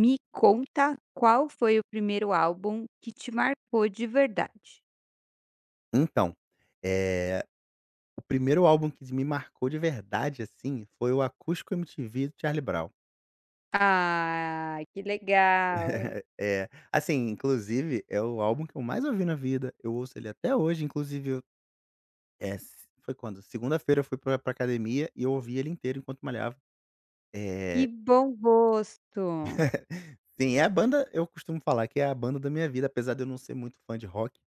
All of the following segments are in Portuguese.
Me conta qual foi o primeiro álbum que te marcou de verdade? Então, eh, o primeiro álbum que me marcou de verdade, assim, foi o Acústico MTV do Charlie Brown. Ah, que legal! É, assim, inclusive é o álbum que eu mais ouvi na vida, eu ouço ele até hoje, inclusive eu eh, s foi quando? Segunda-feira eu fui pra academia e eu ouvi ele inteiro enquanto malhava. Que Eh, bom gosto! sim, é a banda, eu costumo falar que é a banda da minha vida, apesar de eu não ser muito fã de rock.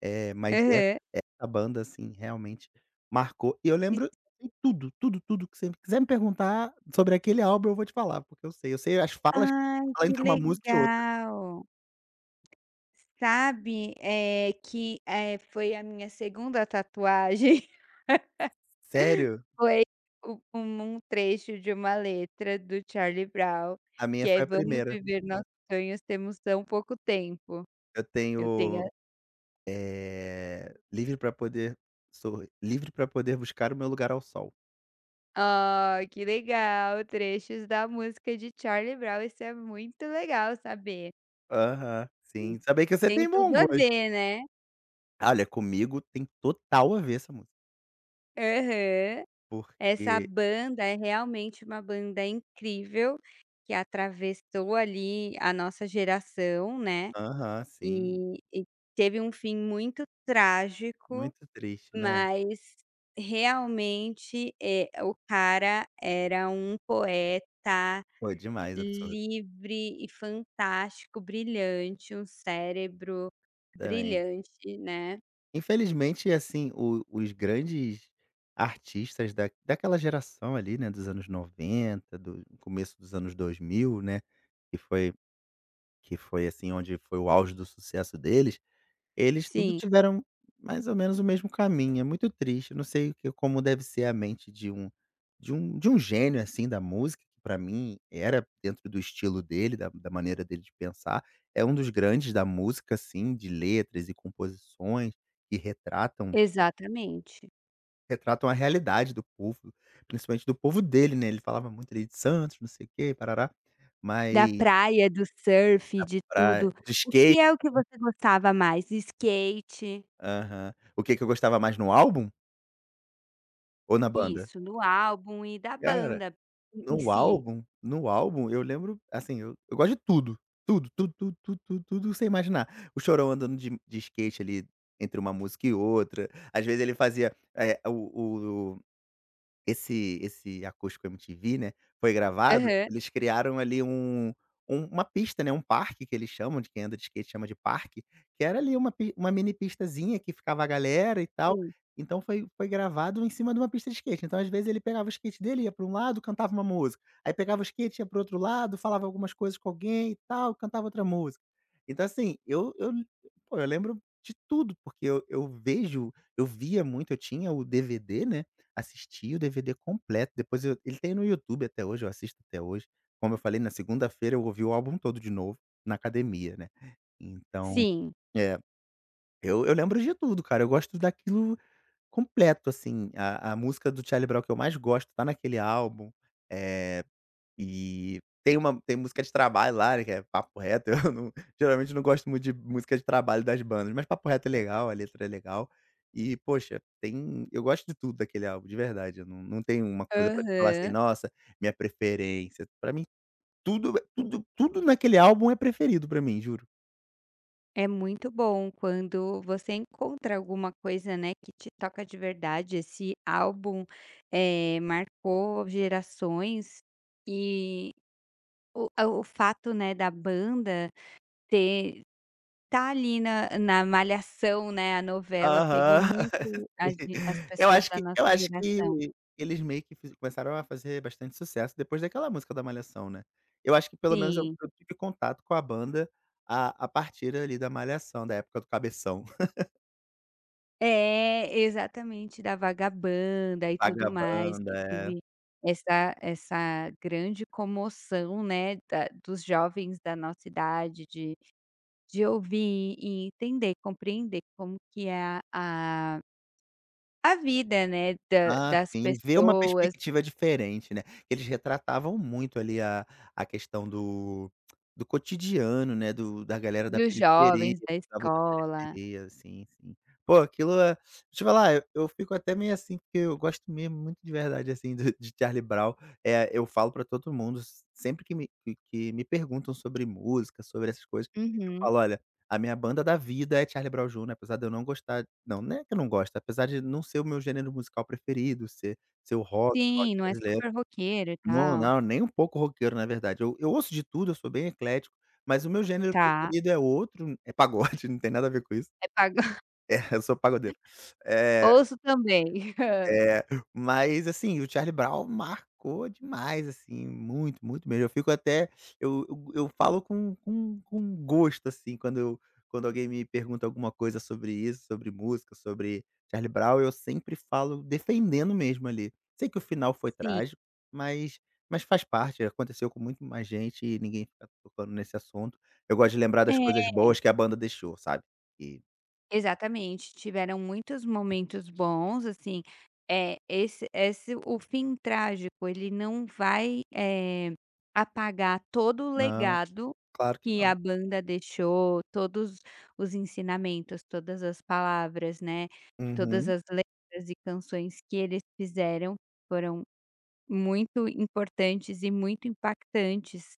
É, mas Aham. a banda, assim, realmente marcou. E eu lembro, sei tudo, tudo, tudo que você quiser me perguntar sobre aquele álbum, eu vou te falar, porque eu sei. Eu sei as falas que ele Ai, fala que entre uma música e outra. legal! Sabe, que, foi a minha segunda tatuagem, Sério? foi u um um trecho de uma letra do Charlie Brown, A que minha é: foi a "Vamos primeira. viver nossos sonhos, temos tão pouco tempo". Eu Eu tenho. tenho, Livre pra poder sou livre pra poder buscar o meu lugar ao sol. Ah, que legal, trechos da música de Charlie Brown, isso é muito legal saber. Aham, sim. Saber que você Tem tem tudo bom a gosto. ver, né? Olha, comigo tem total a ver essa música, Aham. Essa porque banda é realmente uma banda incrível, que atravessou ali a nossa geração, né, aham, sim. e teve um fim muito trágico, Muito triste, né? mas realmente, o cara era um poeta Pô, demais, absurdo. livre e fantástico, brilhante, um cérebro Também. brilhante, né. Infelizmente, assim, o os grandes artistas da daquela geração ali, né, dos anos 90, do começo dos anos 2000, né, que foi que foi, assim, onde foi o auge do sucesso deles, eles tudo Sim, tiveram mais ou menos o mesmo caminho, é muito triste, não sei o que, como deve ser a mente de um gênio, assim, da música, que pra mim era dentro do estilo dele, da maneira dele de pensar, é um dos grandes da música, assim, de letras e composições que Retratam exatamente. A realidade do povo, principalmente do povo dele, né, ele falava muito ali de Santos, não sei o quê, parará, Da mas praia, do surf, de pra, tudo. de O skate. que é o que você gostava mais? Skate, Aham. O que que eu gostava mais no álbum ou na banda? isso, no álbum e da Cara, banda em no si. álbum no álbum eu lembro, assim, eu gosto de tudo, tudo, tudo, tudo, tudo, tudo, tudo que você imaginar. O Chorão andando de skate ali entre uma música e outra, às vezes ele fazia, o esse Acústico MTV, né, foi gravado, Aham, eles criaram ali uma pista, né, um parque que eles chamam, de quem anda de skate chama de parque, que era ali uma mini pistazinha que ficava a galera e tal, sim, então foi gravado em cima de uma pista de skate, então às vezes ele pegava o skate dele, ia para um lado, cantava uma música, aí pegava o skate, ia para o outro lado, falava algumas coisas com alguém e tal, cantava outra música. Então assim, eu pô, eu lembro de tudo, porque eu via muito, eu tinha o DVD, né. Assisti o DVD completo, depois eu ele tem no YouTube até hoje, eu assisto até hoje. Como eu falei, na segunda-feira eu ouvi o álbum todo de novo, na academia, né. Então sim. é, eu lembro de tudo, cara, eu gosto daquilo completo, assim. A música do Charlie Brown que eu mais gosto tá naquele álbum. Eh e tem uma tem música de trabalho lá, né, que é Papo Reto, eu não, geralmente não gosto muito de música de trabalho das bandas, mas Papo Reto é legal, a letra é legal e, poxa, tem, eu gosto de tudo daquele álbum, de verdade, eu não tenho uma coisa pra te falar assim: Aham. "Nossa, minha preferência", pra mim tudo é tudo, tudo naquele álbum é preferido pra mim, juro. É muito bom quando você encontra alguma coisa, né, que te toca de verdade. Esse álbum, marcou gerações e o fato, né, da banda ter tá ali na Malhação, né, a novela pegou Aham. muito a Sim. ge as Eu pessoas acho da que nossa eu acho geração. que eles meio que fiz começaram a fazer bastante sucesso depois daquela música da Malhação, né. Eu acho que pelo menos eu Sim. eu tive contato com a banda a partir ali da Malhação, da época do Cabeção. É, exatamente, da Vagabanda e tudo mais, Vagabanda, que é. teve essa grande comoção, né, da dos jovens da nossa idade de ouvir e entender, compreender como que é a a vida, né, da Ah, das sim, ver uma pessoas, perspectiva diferente, né. Eles retratavam muito ali a questão do cotidiano, né, do da galera da dos periferia, jovens, da sabe, da escola. periferia, sim, sim. Pô, aquilo é, deixa eu te falar, eu fico até meio assim, porque eu gosto mesmo muito de verdade, assim, do de Charlie Brown, eu falo pra todo mundo, sempre que me que me perguntam sobre música, sobre essas coisas, eu Uhum. falo: "Olha". A minha banda da vida é Charlie Brown Jr., apesar de eu não gostar, não, não é que eu não gosto, apesar de não ser o meu gênero musical preferido, ser o rock, rock Sim, não é brasileiro. super roqueiro e Não, tal. não, nem um pouco roqueiro, na verdade. Eu ouço de tudo, eu sou bem eclético, mas o meu gênero Tá, preferido é outro, é pagode, não tem nada a ver com isso. é pago. É, eu sou pagodeiro. Eh Ouço também. é, mas assim, o Charlie Brown marcou demais, assim, muito, muito mesmo. Eu fico até, eu falo com gosto, assim, quando alguém me pergunta alguma coisa sobre isso, sobre música, sobre Charlie Brown, eu sempre falo defendendo mesmo ali. Sei que o final foi Sim. trágico, mas mas faz parte, aconteceu com muito mais gente e ninguém fica tocando nesse assunto. Eu gosto de lembrar das É. coisas boas que a banda deixou, sabe. E Exatamente, tiveram muitos momentos bons, assim, é esse o fim trágico ele não vai, apagar todo o não, legado claro que que a não. banda deixou, todos os ensinamentos, todas as palavras, né, todas Uhum, as letras e canções que eles fizeram, foram muito importantes e muito impactantes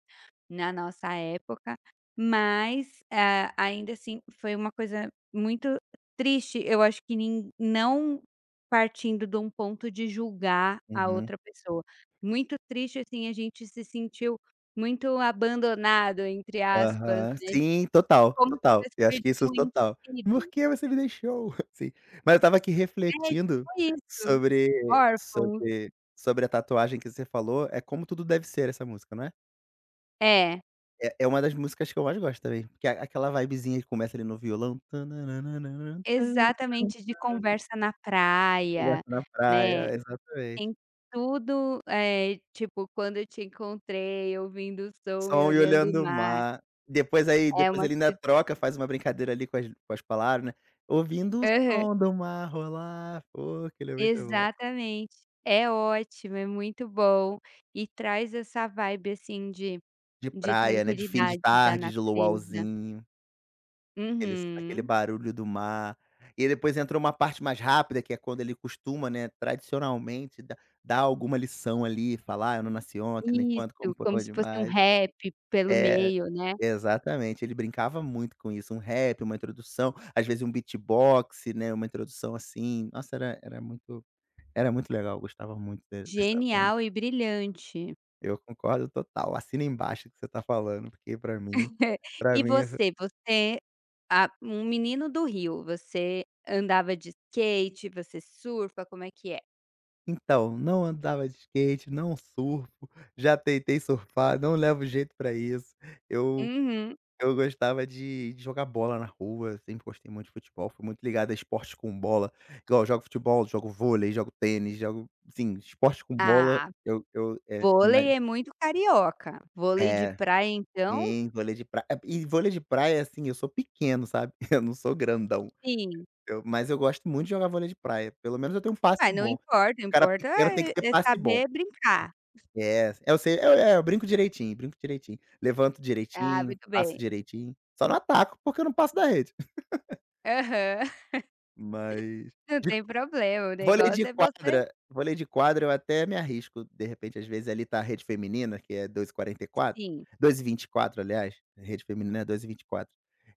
na nossa época, mas, ah, ainda assim foi uma coisa muito triste, eu acho que nin não partindo de um ponto de julgar a uhum. outra pessoa. Muito triste, assim, a gente se sentiu muito "abandonado", entre aspas, Aham. né, Sim, total, como se total. tivesse Eu acho que isso é perdido um ente total. "Por querido. que você me deixou?" Sim. Mas eu estava aqui É, tipo refletindo isso, sobre, órfãos. sobre sobre a tatuagem que você falou, é "Como Tudo Deve Ser" essa música, não é? É. É uma das músicas que eu mais gosto também, porque a aquela vibezinha que começa ali no violão, Exatamente, de conversa na praia, conversa na né, praia, exatamente. tem tudo, tipo, quando eu te encontrei, ouvindo o som e Som e olhando o olhando o mar, mar. Depois, aí é depois uma ele ainda coisa. troca, faz uma brincadeira ali com as palavras, né. "Ouvindo o Aham, som do mar rolar". Pô, aquilo é muito bom. exatamente. É ótimo, é muito bom, e traz essa vibe, assim, De de praia, né, de fim de tranquilidade da tarde, de natureza. luauzinho, aquele Uhum. barulho do mar. E depois entrou uma parte mais rápida, que é quando ele costuma, né, tradicionalmente dá dar alguma lição ali, falar: "Ah, 'Eu não nasci ontem, nem quando, Isso, como, por como se onde fosse um mais'". rap pelo É, meio, né. exatamente, ele brincava muito com isso, um rap, uma introdução, às vezes um beatbox, né, uma introdução assim, nossa, era muito legal, eu gostava muito de dessa banda. Genial e brilhante. Eu concordo total, assina embaixo o que você está falando, porque pra mim, pra E mim você? Você ah, um menino do Rio, você andava de skate, você surfa, como é que é? Então, não andava de skate, não surfo, já tentei surfar, não levo jeito pra isso. Eu Uhum. eu gostava de jogar bola na rua, sempre gostei muito de futebol, fui muito ligado a esporte com bola. Igual, eu jogo futebol, jogo vôlei, jogo tênis, jogo, sim, esporte com bola, Ah, eu é mais. vôlei é muito carioca. Vôlei de É, praia então, sim, vôlei de praia. E vôlei de praia, assim, eu sou pequeno, sabe, eu não sou grandão, sim. eu mas eu gosto muito de jogar vôlei de praia, pelo menos eu tenho um passe Mas não bom. importa, O cara importa pequeno tem que ter é passe bom. saber brincar. É, eu sei, eu, é, é, eu brinco direitinho, brinco direitinho. Levanto Ah, direitinho, muito passo bem. direitinho, só não ataco, porque eu não passo da rede. Aham. Mas Não tem problema, o vôlei negócio de é você quadra vôlei de quadra eu até me arrisco, de repente, às vezes, ali tá a rede feminina, que é dois quarenta e quatro, sim, 2,24, aliás, a rede feminina é 2,24.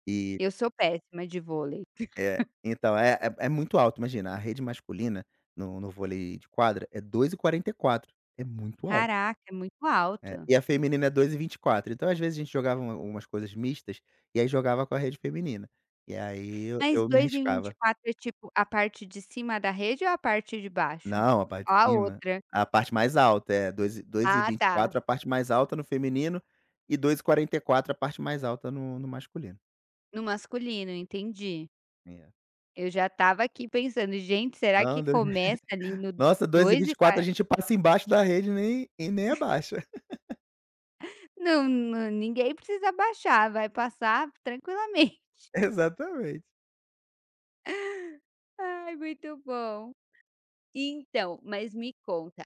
E vinte e quatro. eu sou péssima de vôlei. E é, então, é muito alto, imagina, a rede masculina no vôlei de quadra é dois e quarenta e quatro, é muito alto. Caraca, é muito É, alto. e a feminina é dois e vinte e quatro. Então, às vezes, a gente jogava umas coisas mistas, e aí jogava com a rede feminina. E aí eu Mas eu me dois e vinte e arriscava. quatro é tipo a parte de cima da rede ou a parte de baixo? Não, a parte A de cima. outra. A parte mais alta, é, dois e Ah vinte e tá, quatro, a parte mais alta no feminino, e dois e quarenta e quatro a parte mais alta no masculino. no masculino, entendi. É. Eu já estava aqui pensando: "Gente, será que Não, Deus, começa ali no Nossa, 2,24 a 2,40?" gente passa embaixo da rede, nem e nem abaixa. Não, não, ninguém precisa baixar, vai passar tranquilamente. Exatamente. Ai, muito bom. Então, mas me conta,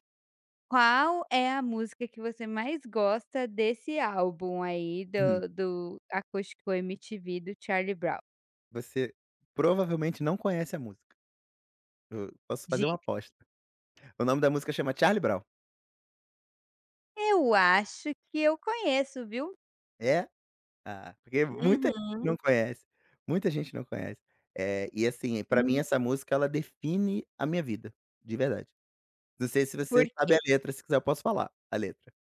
qual é a música que você mais gosta desse álbum aí Uhum. do Acústico MTV do Charlie Brown? Você provavelmente não conhece a música. Eu posso fazer uma aposta. O nome da música chama Charlie Brown. Eu acho que eu conheço, viu. É Ah, porque muita gente Uhum. não conhece, muita gente não conhece. E assim, pra Hum. mim essa música ela define a minha vida, de verdade. Não sei se você Por sabe quê? a letra, se quiser eu posso falar a letra.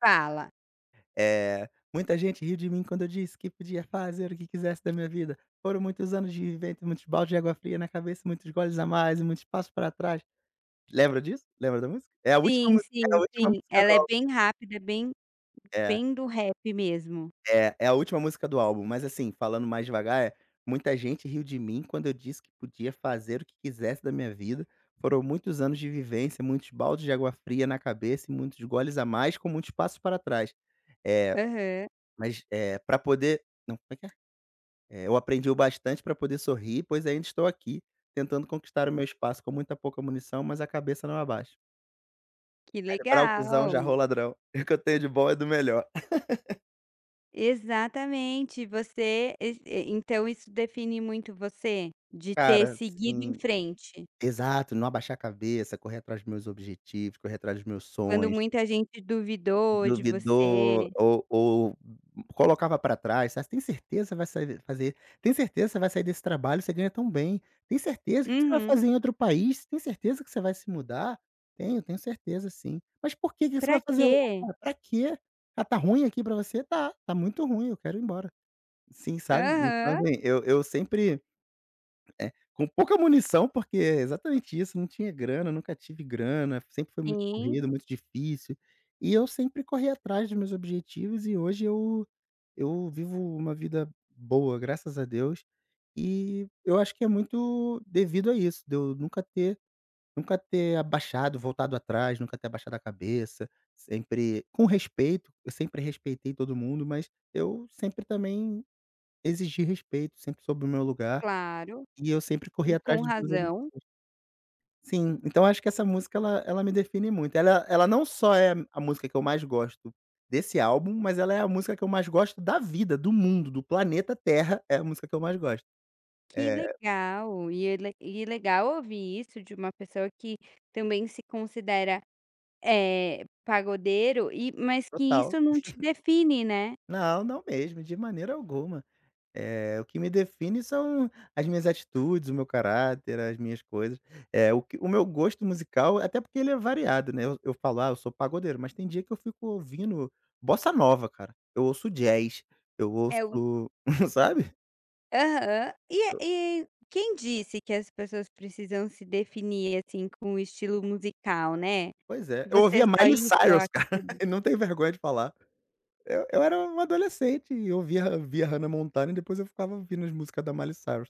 Fala. Eh, muita gente riu de mim quando eu disse que podia fazer o que quisesse da minha vida. Foram muitos anos de vivência, muitos baldes de água fria na cabeça, muitos goles a mais e muitos passos pra trás. Lembra disso? Lembra da música? Sim, É a sim, última sim. música Ela do é álbum. bem rápida, é bem É. bem do rap mesmo. É, é a última música do álbum, mas assim, falando mais devagar, é: "Muita gente riu de mim quando eu disse que podia fazer o que quisesse da minha vida. Foram muitos anos de vivência, muitos baldes de água fria na cabeça e muitos goles a mais com muitos passos para trás". Eh, Aham. mas, pra poder não, como é que é? "Eu aprendi o bastante para poder sorrir, pois ainda estou aqui, tentando conquistar o meu espaço com muita pouca munição, mas a cabeça não abaixa. Que Cerebral, legal. cuzão, já rou ladrão. O que eu tenho de bom é do melhor". Exatamente. Você es e então isso define muito você? De ter Cara, seguido em assim. frente, Exato, não abaixar a cabeça, correr atrás dos meus objetivos, correr atrás dos meus quando sonhos. muita gente duvidou de Duvidou você. ou colocava pra trás: "Ah, tem certeza que você vai sair fazer, tem certeza que você vai sair desse trabalho, você ganha tão bem. Tem certeza? O que que você vai Uhum. fazer em outro país? Tem certeza que você vai se mudar?". "Tenho, tenho certeza sim". "Mas por que que você "Pra vai fazer lá? quê?" Pra quê? Ah, tá ruim aqui pra você?". "Tá, tá muito ruim, eu quero ir embora". Sim, sabe. Então Aham. assim, eu sempre com pouca munição, porque é exatamente isso, não tinha grana, nunca tive grana, sempre foi muito Sim, corrido, muito difícil, e eu sempre corri atrás dos meus objetivos, e hoje eu vivo uma vida boa, graças a Deus, e eu acho que é muito devido a isso, de eu nunca ter abaixado, voltado atrás, nunca ter abaixado a cabeça, sempre com respeito. Eu sempre respeitei todo mundo, mas eu sempre também exigi respeito, sempre soube o meu lugar. claro. E eu sempre E corri atrás com dos meus ami razão. sim, então acho que essa música ela me define muito. Ela não só é a música que eu mais gosto desse álbum, mas ela é a música que eu mais gosto da vida, do mundo, do planeta Terra, é a música que eu mais gosto. Que É, legal, e é le e legal ouvir isso de uma pessoa que também se considera, pagodeiro e mas que total. isso não te define, né. Não, não mesmo, de maneira alguma. É, o que me define são as minhas atitudes, o meu caráter, as minhas coisas. O meu gosto musical, até porque ele é variado, né, eu falo: "Ah, eu sou pagodeiro", mas tem dia que eu fico ouvindo bossa nova, cara. Eu ouço jazz, eu É ouço o sabe? aham. E quem disse que as pessoas precisam se definir, assim, com o estilo musical, né. Pois é. Que Eu você é ouvia só Miley isso ou Cyrus, cara, aquilo. eu não tenho vergonha de falar. Eu era um adolescente e ouvia via via Hannah Montana, e depois eu ficava ouvindo as músicas da Miley Cyrus.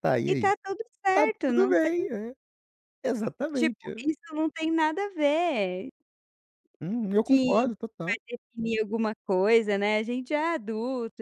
Tá, e E aí? tá tudo Tá certo, tudo não tem bem, é. Exatamente. tipo, É. isso não tem nada a ver. Eu Que concordo vai total. definir alguma coisa, né, a gente é adulto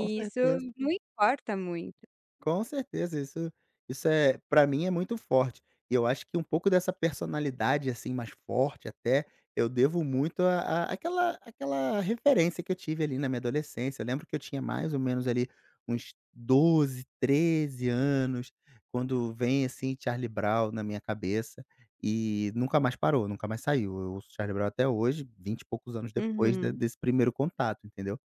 Com isso certeza, não importa muito. com certeza. Isso isso, para mim, é muito forte. E eu acho que um pouco dessa personalidade, assim, mais forte até, eu devo muito a aquela àquela referência que eu tive ali na minha adolescência. Eu lembro que eu tinha mais ou menos ali uns 12, 13 anos, quando vem, assim, Charlie Brown na minha cabeça, e nunca mais parou, nunca mais saiu. Eu ouço Charlie Brown até hoje, 20 e poucos anos depois de Uhum. desse primeiro contato, entendeu?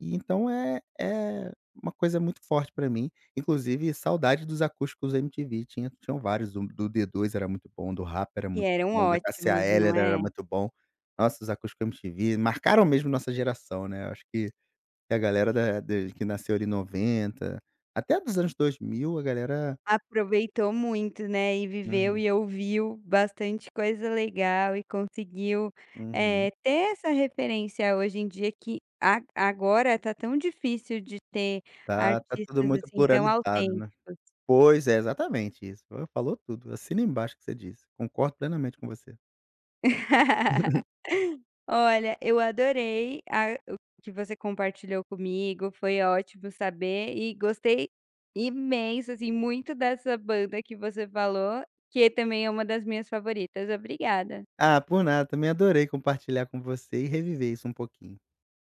E então é uma coisa muito forte pra mim, inclusive saudade dos acústicos MTV. Tinham vários: do D2 era muito bom, do rap era E muito eram bom, da Cássia ótimos, Eller não era é? muito bom. Nossa, os acústicos MTV marcaram mesmo nossa geração, né, eu acho que a galera da de que nasceu ali em 90 até dos anos 2000, a galera, Aproveitou muito, né, e viveu uhum, e ouviu bastante coisa legal e conseguiu, uhum. Ter essa referência hoje em dia que a agora tá tão difícil de ter Tá tudo artistas, muito assim, tão pluralizado, né. autênticos. Pois é, exatamente isso, falou tudo, assina embaixo o que você disse, concordo plenamente com você. Olha, eu adorei a o que você compartilhou comigo, foi ótimo saber e gostei imenso, assim, muito dessa banda que você falou, que também é uma das minhas favoritas. Obrigada. Ah, por nada, também adorei compartilhar com você e reviver isso um pouquinho.